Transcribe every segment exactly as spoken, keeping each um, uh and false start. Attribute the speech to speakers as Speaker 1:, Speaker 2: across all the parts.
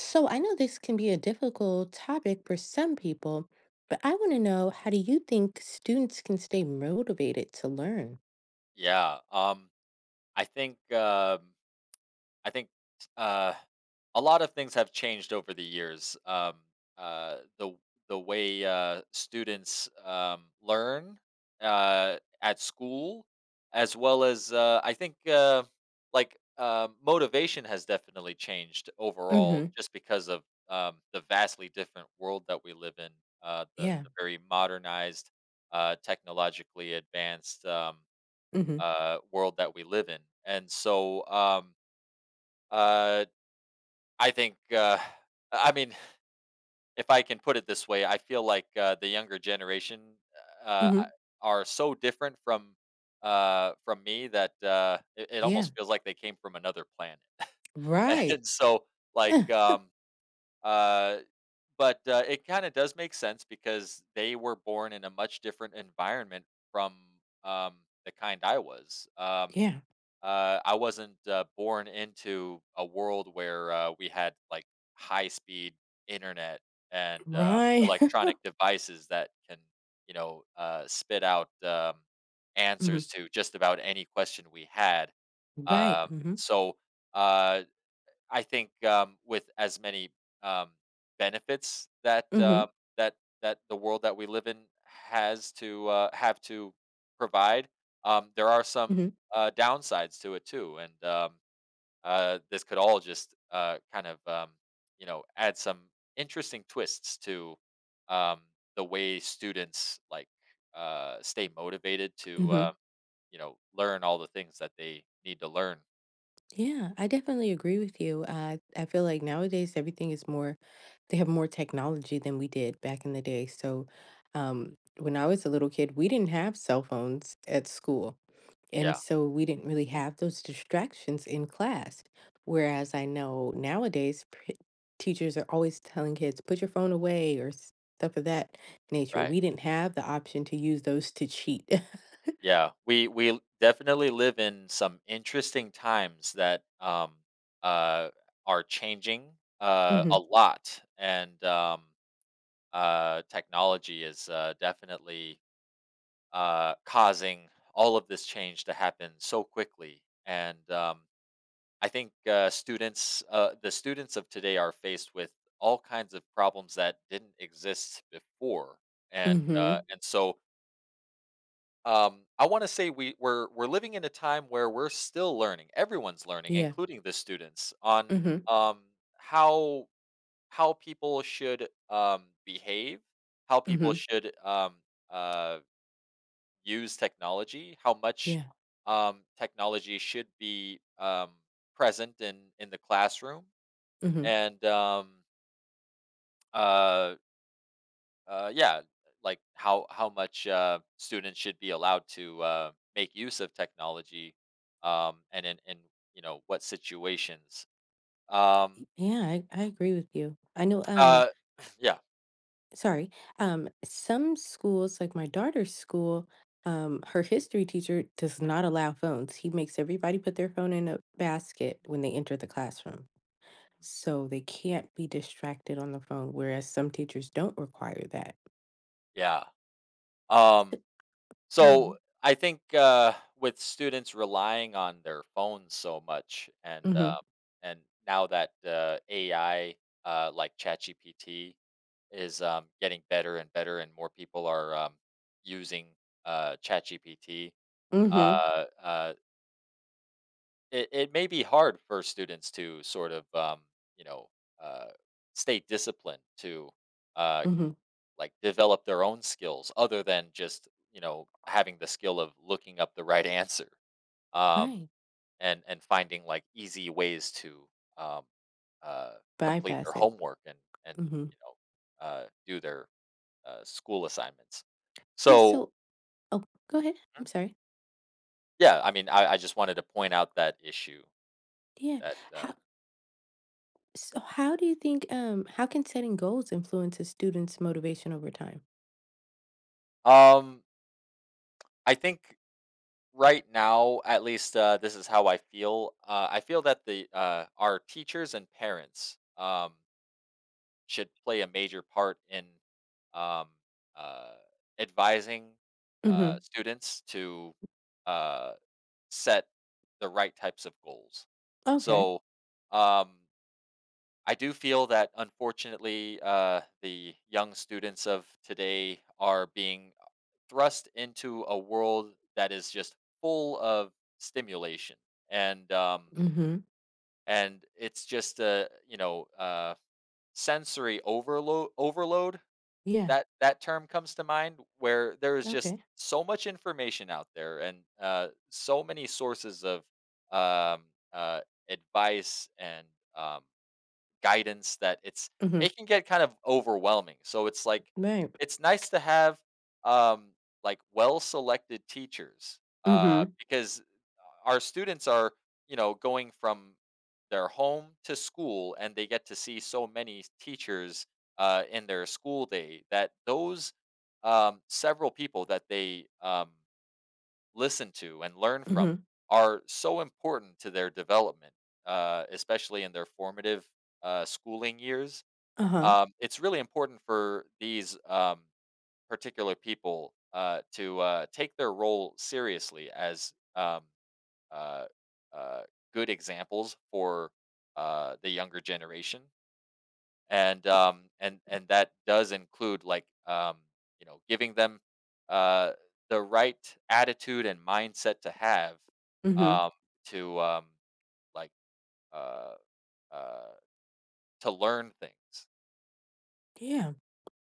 Speaker 1: So I know this can be a difficult topic for some people, but I want to know, how do you think students can stay motivated to learn?
Speaker 2: Yeah, um, I think um, I think uh, a lot of things have changed over the years. Um, uh, the the way uh, students um, learn uh, at school, as well as uh, I think uh, like uh, motivation has definitely changed overall,
Speaker 1: hmm
Speaker 2: just because of um, the vastly different world that we live in. Uh, the
Speaker 1: Yeah.
Speaker 2: the very modernized, uh, technologically advanced. Um,
Speaker 1: hmm
Speaker 2: uh, world that we live in. And so, um, uh, I think, uh, I mean, if I can put it this way, I feel like uh, the younger generation uh, I-
Speaker 1: hmm
Speaker 2: are so different from uh, from me that uh, it, it
Speaker 1: Yeah.
Speaker 2: almost feels like they came from another planet.
Speaker 1: Right.
Speaker 2: and so,
Speaker 1: Uh,
Speaker 2: like, um, uh, but uh, it kind of does make sense because they were born in a much different environment from um, the kind I was. Um,
Speaker 1: yeah.
Speaker 2: Uh, I wasn't uh, born into a world where uh, we had like high speed internet and uh,
Speaker 1: Right.
Speaker 2: electronic devices that can, you know, uh, spit out um,
Speaker 1: hmm
Speaker 2: answers to just about any question we had.
Speaker 1: Right.
Speaker 2: Uh,
Speaker 1: hmm
Speaker 2: so uh, I think, um, with as many, um, benefits that,
Speaker 1: hmm
Speaker 2: uh, that that the world that we live in has to, uh, have to provide, um, there are
Speaker 1: hmm
Speaker 2: some, uh, downsides to it too, and, um, uh, this could all just, uh, kind of, um, you know, add some interesting twists to, um, the way students, like, uh, stay motivated to,
Speaker 1: hmm
Speaker 2: uh, you know, learn all the things that they need to learn.
Speaker 1: Yeah, I definitely agree with you. Uh, I feel like nowadays everything is more, they have more technology than we did back in the day. So, um, when I was a little kid, we didn't have cell phones at school. And
Speaker 2: Yeah.
Speaker 1: so we didn't really have those distractions in class.
Speaker 2: Mhm.
Speaker 1: Whereas I know nowadays, p- teachers are always telling kids, put your phone away or s- stuff of that nature.
Speaker 2: Right.
Speaker 1: We didn't have the option to use those to cheat.
Speaker 2: Yeah, we we definitely live in some interesting times that um uh are changing uh
Speaker 1: hmm
Speaker 2: a lot, and um uh technology is uh definitely uh causing all of this change to happen so quickly, and um I think uh students uh the students of today are faced with all kinds of problems that didn't exist before, and uh
Speaker 1: hmm
Speaker 2: and so um, I want to say we we're we're living in a time where we're still learning. Everyone's learning,
Speaker 1: Yeah.
Speaker 2: including the students, on
Speaker 1: hmm
Speaker 2: um, how how people should um, behave, how people
Speaker 1: hmm
Speaker 2: should um, uh, use technology, how much
Speaker 1: Yeah.
Speaker 2: um, technology should be um, present in in the classroom,
Speaker 1: hmm
Speaker 2: and um, uh, Uh, yeah, like how how much uh, students should be allowed to uh, make use of technology, um, and in, in you know what situations. Um,
Speaker 1: Yeah, I, I agree with you. I know um
Speaker 2: uh, yeah.
Speaker 1: Sorry. Um, some schools, like my daughter's school, um, her history teacher does not allow phones. He makes everybody put their phone in a basket when they
Speaker 2: Mm,
Speaker 1: enter the classroom.
Speaker 2: mm,
Speaker 1: So they can't be distracted on the phone, whereas some teachers don't require that.
Speaker 2: yeah. Um,
Speaker 1: So-
Speaker 2: So
Speaker 1: Um,
Speaker 2: I think uh, with students relying on their phones so much, and
Speaker 1: mm-hmm,
Speaker 2: uh, and now that uh, A I, uh, like ChatGPT, is um, getting better and better, and more people are um, using uh, ChatGPT,
Speaker 1: mm-hmm,
Speaker 2: uh, uh, it, it may be hard for students to sort of um, you know uh, stay disciplined to. Uh,
Speaker 1: mm-hmm.
Speaker 2: like, develop their own skills other than just you know having the skill of looking up the right answer, um,
Speaker 1: Right.
Speaker 2: and and finding like easy ways to um, uh, complete their
Speaker 1: Bypass it.
Speaker 2: homework, and and
Speaker 1: Mm-hmm.
Speaker 2: you know uh, do their uh, school assignments.
Speaker 1: Yeah,
Speaker 2: So.
Speaker 1: so oh, go ahead. I'm
Speaker 2: Mhm.
Speaker 1: sorry.
Speaker 2: Yeah, I mean, I, I just wanted to point out that issue
Speaker 1: Yeah.
Speaker 2: that uh,
Speaker 1: How So how do you think um how can setting goals influence a student's motivation over time?
Speaker 2: um, I think right now, at least uh, this is how I feel. Uh, I feel that the uh, our teachers and parents. Um, should play a major part in um, uh, advising uh,
Speaker 1: Mm-hmm.
Speaker 2: students to uh, set the right types of goals.
Speaker 1: Okay.
Speaker 2: So um, I do feel that, unfortunately, uh, the young students of today are being thrust into a world that is just full of stimulation, and um,
Speaker 1: Mhm.
Speaker 2: and it's just a, you know uh, sensory overload, overload
Speaker 1: Yeah.
Speaker 2: that that term comes to mind, where there is just
Speaker 1: Okay.
Speaker 2: so much information out there, and uh, so many sources of um, uh, advice and um, guidance that it's
Speaker 1: Mhm.
Speaker 2: it can get kind of overwhelming. So it's like
Speaker 1: Right.
Speaker 2: it's nice to have um, like well selected teachers, uh,
Speaker 1: Mhm.
Speaker 2: because our students are, you know, going from their home to school, and they get to see so many teachers uh, in their school day, that those um, several people that they um, listen to and learn from
Speaker 1: Mhm.
Speaker 2: are so important to their development, uh, especially in their formative uh, schooling years.
Speaker 1: Uh-huh.
Speaker 2: Um, it's really important for these um, particular people uh, to uh, take their role seriously as um, uh, uh, good examples for uh, the younger generation, and um, and and that does include, like, um, you know giving them uh, the right attitude and mindset to have,
Speaker 1: Mhm.
Speaker 2: um, to um, like uh, uh, to learn things.
Speaker 1: Yeah.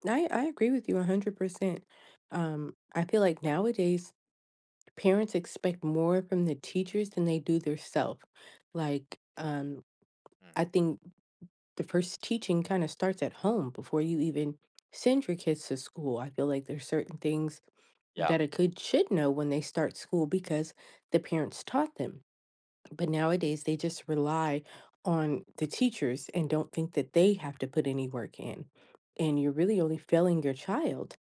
Speaker 1: I I agree with you one hundred percent. Um, I feel like nowadays parents expect more from the teachers than they do their self. Like um
Speaker 2: Mhm.
Speaker 1: I think the first teaching kind of starts at home before you even send your kids to school. I feel like there's certain things
Speaker 2: Yeah.
Speaker 1: that a kid should know when they start school because the parents taught them.
Speaker 2: Mhm.
Speaker 1: But nowadays, they just rely on the teachers and don't think that they have to put any work in. And you're really only failing your child,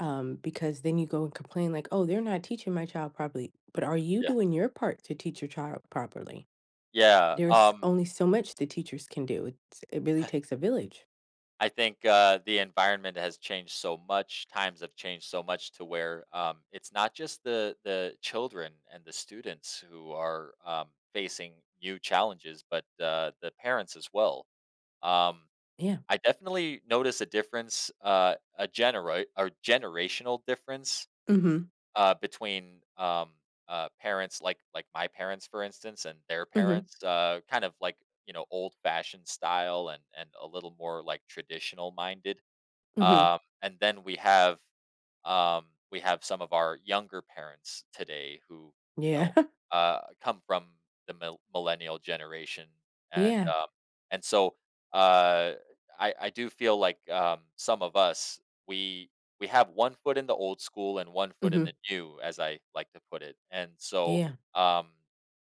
Speaker 1: um, because then you go and complain, like, oh, they're not teaching my child properly. But are you
Speaker 2: Yeah,
Speaker 1: doing your part to teach your child properly?
Speaker 2: yeah.
Speaker 1: There's
Speaker 2: Um,
Speaker 1: only so much the teachers can do. It's, it really takes a village.
Speaker 2: I think, uh, the environment has changed so much, times have changed so much to where, um, it's not just the the children and the students who are, um, facing new challenges, but, uh, the parents as well. Um,
Speaker 1: Yeah.
Speaker 2: I definitely notice a difference, uh, a genera or generational difference,
Speaker 1: Mm hmm.
Speaker 2: uh, between, um, uh, parents like like my parents, for instance, and their
Speaker 1: Mm hmm.
Speaker 2: parents, uh, kind of, like, you know, old-fashioned style, and and a little more, like, traditional minded.
Speaker 1: Mm hmm.
Speaker 2: Um, and then we have um, we have some of our younger parents today, who you
Speaker 1: Yeah.
Speaker 2: know uh, come from the mil- millennial generation, and
Speaker 1: yeah.
Speaker 2: um, and so uh, I I do feel like um, some of us, we we have one foot in the old school and one
Speaker 1: Mm
Speaker 2: foot in
Speaker 1: hmm.
Speaker 2: the new, as I like to put it, and so
Speaker 1: Yeah.
Speaker 2: um,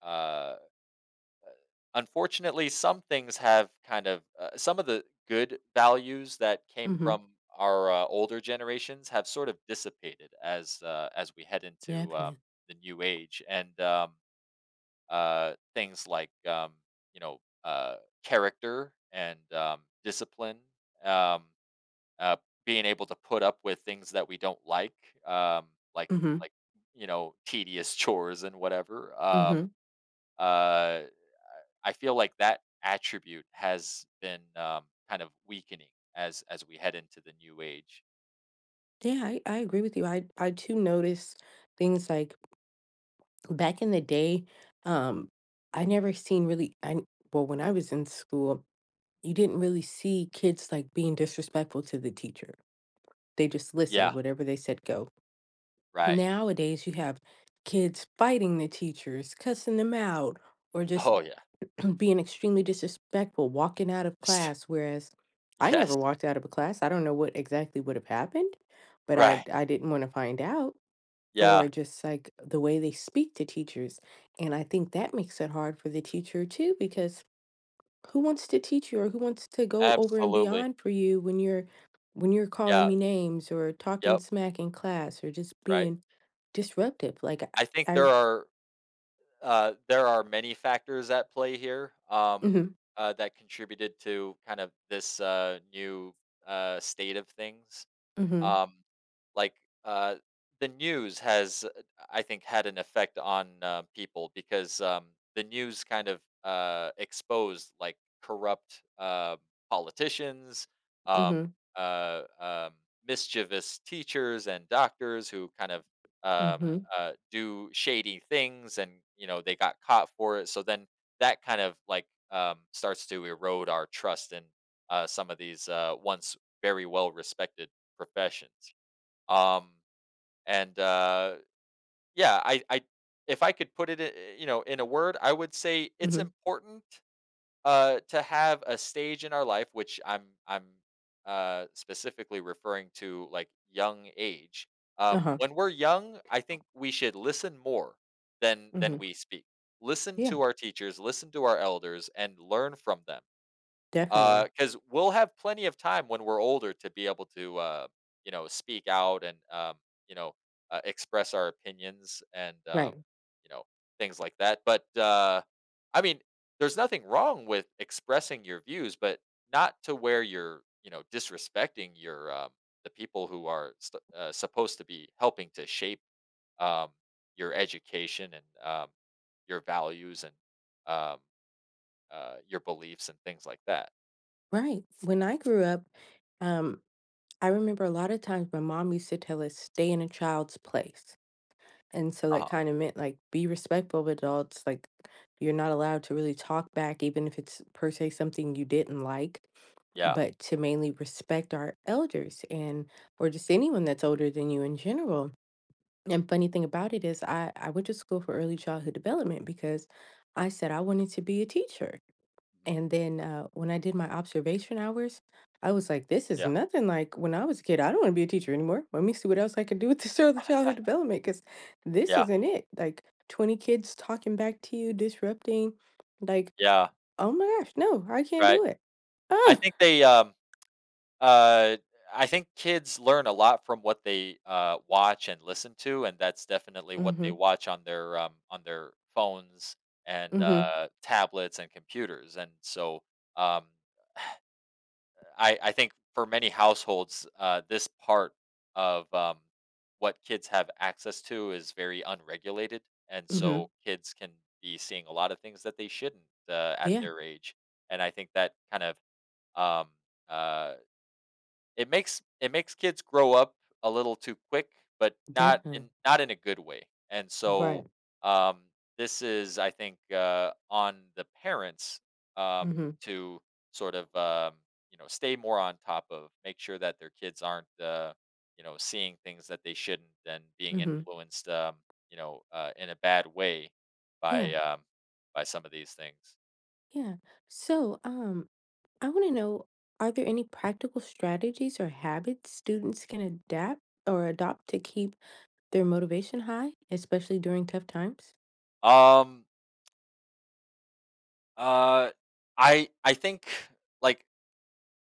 Speaker 2: uh, unfortunately, some things have kind of uh, some of the good values that came
Speaker 1: Mm hmm.
Speaker 2: from our uh, older generations have sort of dissipated, as uh, as we head into um,
Speaker 1: Definitely.
Speaker 2: the new age, and um, uh, things like, um, you know uh, character, and um, discipline, um, uh, being able to put up with things that we don't like, um, like,
Speaker 1: Mm hmm.
Speaker 2: like you know tedious chores and whatever.
Speaker 1: Mm
Speaker 2: Um,
Speaker 1: hmm.
Speaker 2: uh, I feel like that attribute has been, um, kind of weakening as as we head into the new age.
Speaker 1: Yeah, I, I agree with you. I, I too notice things like Back in the day, um, I never seen really I well, when I was in school, you didn't really see kids like being disrespectful to the teacher. They just
Speaker 2: Yeah,
Speaker 1: listened, whatever they said, go.
Speaker 2: right.
Speaker 1: Nowadays, you have kids fighting the teachers, cussing them out, or just
Speaker 2: Oh, yeah.
Speaker 1: being extremely disrespectful, walking out of class. Whereas I
Speaker 2: Yes,
Speaker 1: never walked out of a class. I don't know what exactly would have happened, but I
Speaker 2: right.
Speaker 1: I didn't want to find out.
Speaker 2: Yeah,
Speaker 1: Or just like the way they speak to teachers, and I think that makes it hard for the teacher too, because who wants to teach you or who wants to go over and
Speaker 2: absolutely.
Speaker 1: beyond for you when you're when you're calling
Speaker 2: Yeah,
Speaker 1: me names or talking
Speaker 2: yep,
Speaker 1: smack in class or just
Speaker 2: right.
Speaker 1: being disruptive? Like,
Speaker 2: I think
Speaker 1: I
Speaker 2: there
Speaker 1: I
Speaker 2: are, uh, there are many factors at play here, um,
Speaker 1: mhm,
Speaker 2: uh, that contributed to kind of this, uh, new, uh, state of things.
Speaker 1: mhm,
Speaker 2: Um, like, uh, the news has, uh, I think, had an effect on uh, people, because um, the news kind of uh, exposed, like, corrupt uh, politicians, um,
Speaker 1: mhm,
Speaker 2: uh, um, mischievous teachers and doctors, who kind of um,
Speaker 1: mhm,
Speaker 2: uh, do shady things, and you know they got caught for it. So then that kind of, like um, starts to erode our trust in uh, some of these uh, once very well respected professions. Um, and uh, yeah, I, I, if I could put it, i- you know, in a word, I would say it's
Speaker 1: mhm,
Speaker 2: important uh, to have a stage in our life, which I'm, I'm uh, specifically referring to, like, young age. Um,
Speaker 1: uh-huh,
Speaker 2: when we're young, I think we should listen more than
Speaker 1: mhm.
Speaker 2: than we speak. Listen
Speaker 1: Yeah,
Speaker 2: to our teachers, listen to our elders, and learn from them,
Speaker 1: definitely.
Speaker 2: because 'cause we'll have plenty of time when we're older to be able to, uh, you know, speak out, and, um, you know, uh, express our opinions, and, um,
Speaker 1: Right.
Speaker 2: you know, things like that. But, uh, I mean, there's nothing wrong with expressing your views, but not to where you're, you know, disrespecting your, um, the people who are st- uh, supposed to be helping to shape, um, your education, and, um, your values, and, um, uh, your beliefs, and things like that.
Speaker 1: Right. When I grew up, um, I remember a lot of times my mom used to tell us, stay in a child's place. And so
Speaker 2: Uh huh.
Speaker 1: that kinda meant, like, be respectful of adults, like, you're not allowed to really talk back even if it's per se something you didn't like,
Speaker 2: Yeah.
Speaker 1: but to mainly respect our elders and or just anyone that's older than you in general. And funny thing about it is I I went to school for early childhood development because I said I wanted to be a teacher.
Speaker 2: Mhm.
Speaker 1: And then, uh, when I did my observation hours, I was like, "This is
Speaker 2: Yeah.
Speaker 1: nothing like when I was a kid. I don't wanna be a teacher anymore. Let me see what else I can do with this early childhood development because this
Speaker 2: Yeah.
Speaker 1: isn't it." Like, twenty kids talking back to you, disrupting, like,
Speaker 2: Yeah.
Speaker 1: "Oh my gosh, no, I can't
Speaker 2: Right.
Speaker 1: do it."
Speaker 2: I
Speaker 1: Ah!
Speaker 2: think they, um, uh, I think kids learn a lot from what they, uh, watch and listen to, and that's definitely what they
Speaker 1: Mhm,
Speaker 2: watch on their, um, on their phones, and,
Speaker 1: mhm,
Speaker 2: uh, tablets and computers, and so, um I I think for many households, uh, this part of, um, what kids have access to is very unregulated, and
Speaker 1: mhm.
Speaker 2: so kids can be seeing a lot of things that they shouldn't, uh, at
Speaker 1: Yeah,
Speaker 2: their age, and I think that kind of, um, uh it makes it makes kids grow up a little too quick, but not
Speaker 1: definitely.
Speaker 2: in not in a good way. And so,
Speaker 1: Right.
Speaker 2: um, this is, I think, uh, on the parents, um,
Speaker 1: Mhm,
Speaker 2: to sort of, um, you know stay more on top of, make sure that their kids aren't, uh, you know seeing things that they shouldn't, and being
Speaker 1: mhm.
Speaker 2: influenced, um, you know uh, in a bad way,
Speaker 1: Yeah,
Speaker 2: by um, by some of these things.
Speaker 1: yeah. So, um I want to know, are there any practical strategies or habits students can adapt or adopt to keep their motivation high, especially during tough times?
Speaker 2: Um, uh, I I think, like,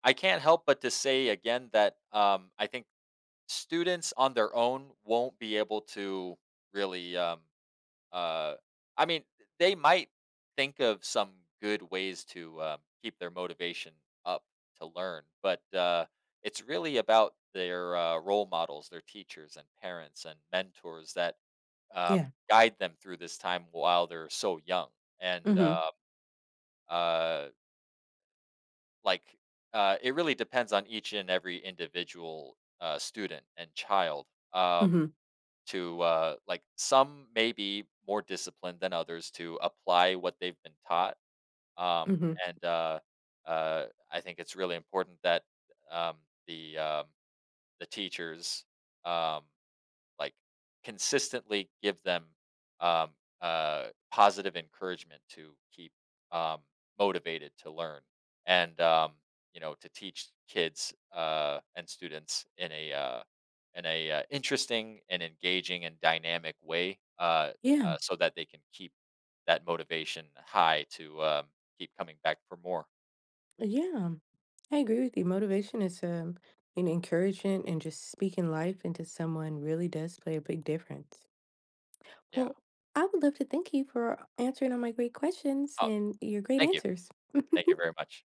Speaker 2: I can't help but to say again that, um, I think students on their own won't be able to, really. Um, uh, I mean, they might think of some good ways to, um, keep their motivation up to learn, but uh, it's really about their uh, role models, their teachers and parents and mentors that um,
Speaker 1: Yeah.
Speaker 2: guide them through this time while they're so young. And
Speaker 1: Mhm.
Speaker 2: uh, uh, Like, uh, it really depends on each and every individual, uh, student and child, um,
Speaker 1: Mhm.
Speaker 2: to, uh like, some may be more disciplined than others to apply what they've been taught, um,
Speaker 1: Mhm.
Speaker 2: and, uh uh, I think it's really important that, um, the, um the teachers, um like, consistently give them, um, uh, positive encouragement to keep, um, motivated to learn, and um, you know to teach kids, uh, and students, in a uh, in a uh, interesting and engaging and dynamic way, uh, uh,
Speaker 1: Yeah.
Speaker 2: so that they can keep that motivation high, to um, keep coming back for more.
Speaker 1: Yeah. I agree with you. Motivation is um an encouragement, and just speaking life into someone really does play a big difference.
Speaker 2: Yeah.
Speaker 1: Well, I would love to thank you for answering all my great questions
Speaker 2: Oh,
Speaker 1: and your great
Speaker 2: thank you
Speaker 1: answers.
Speaker 2: thank you very much.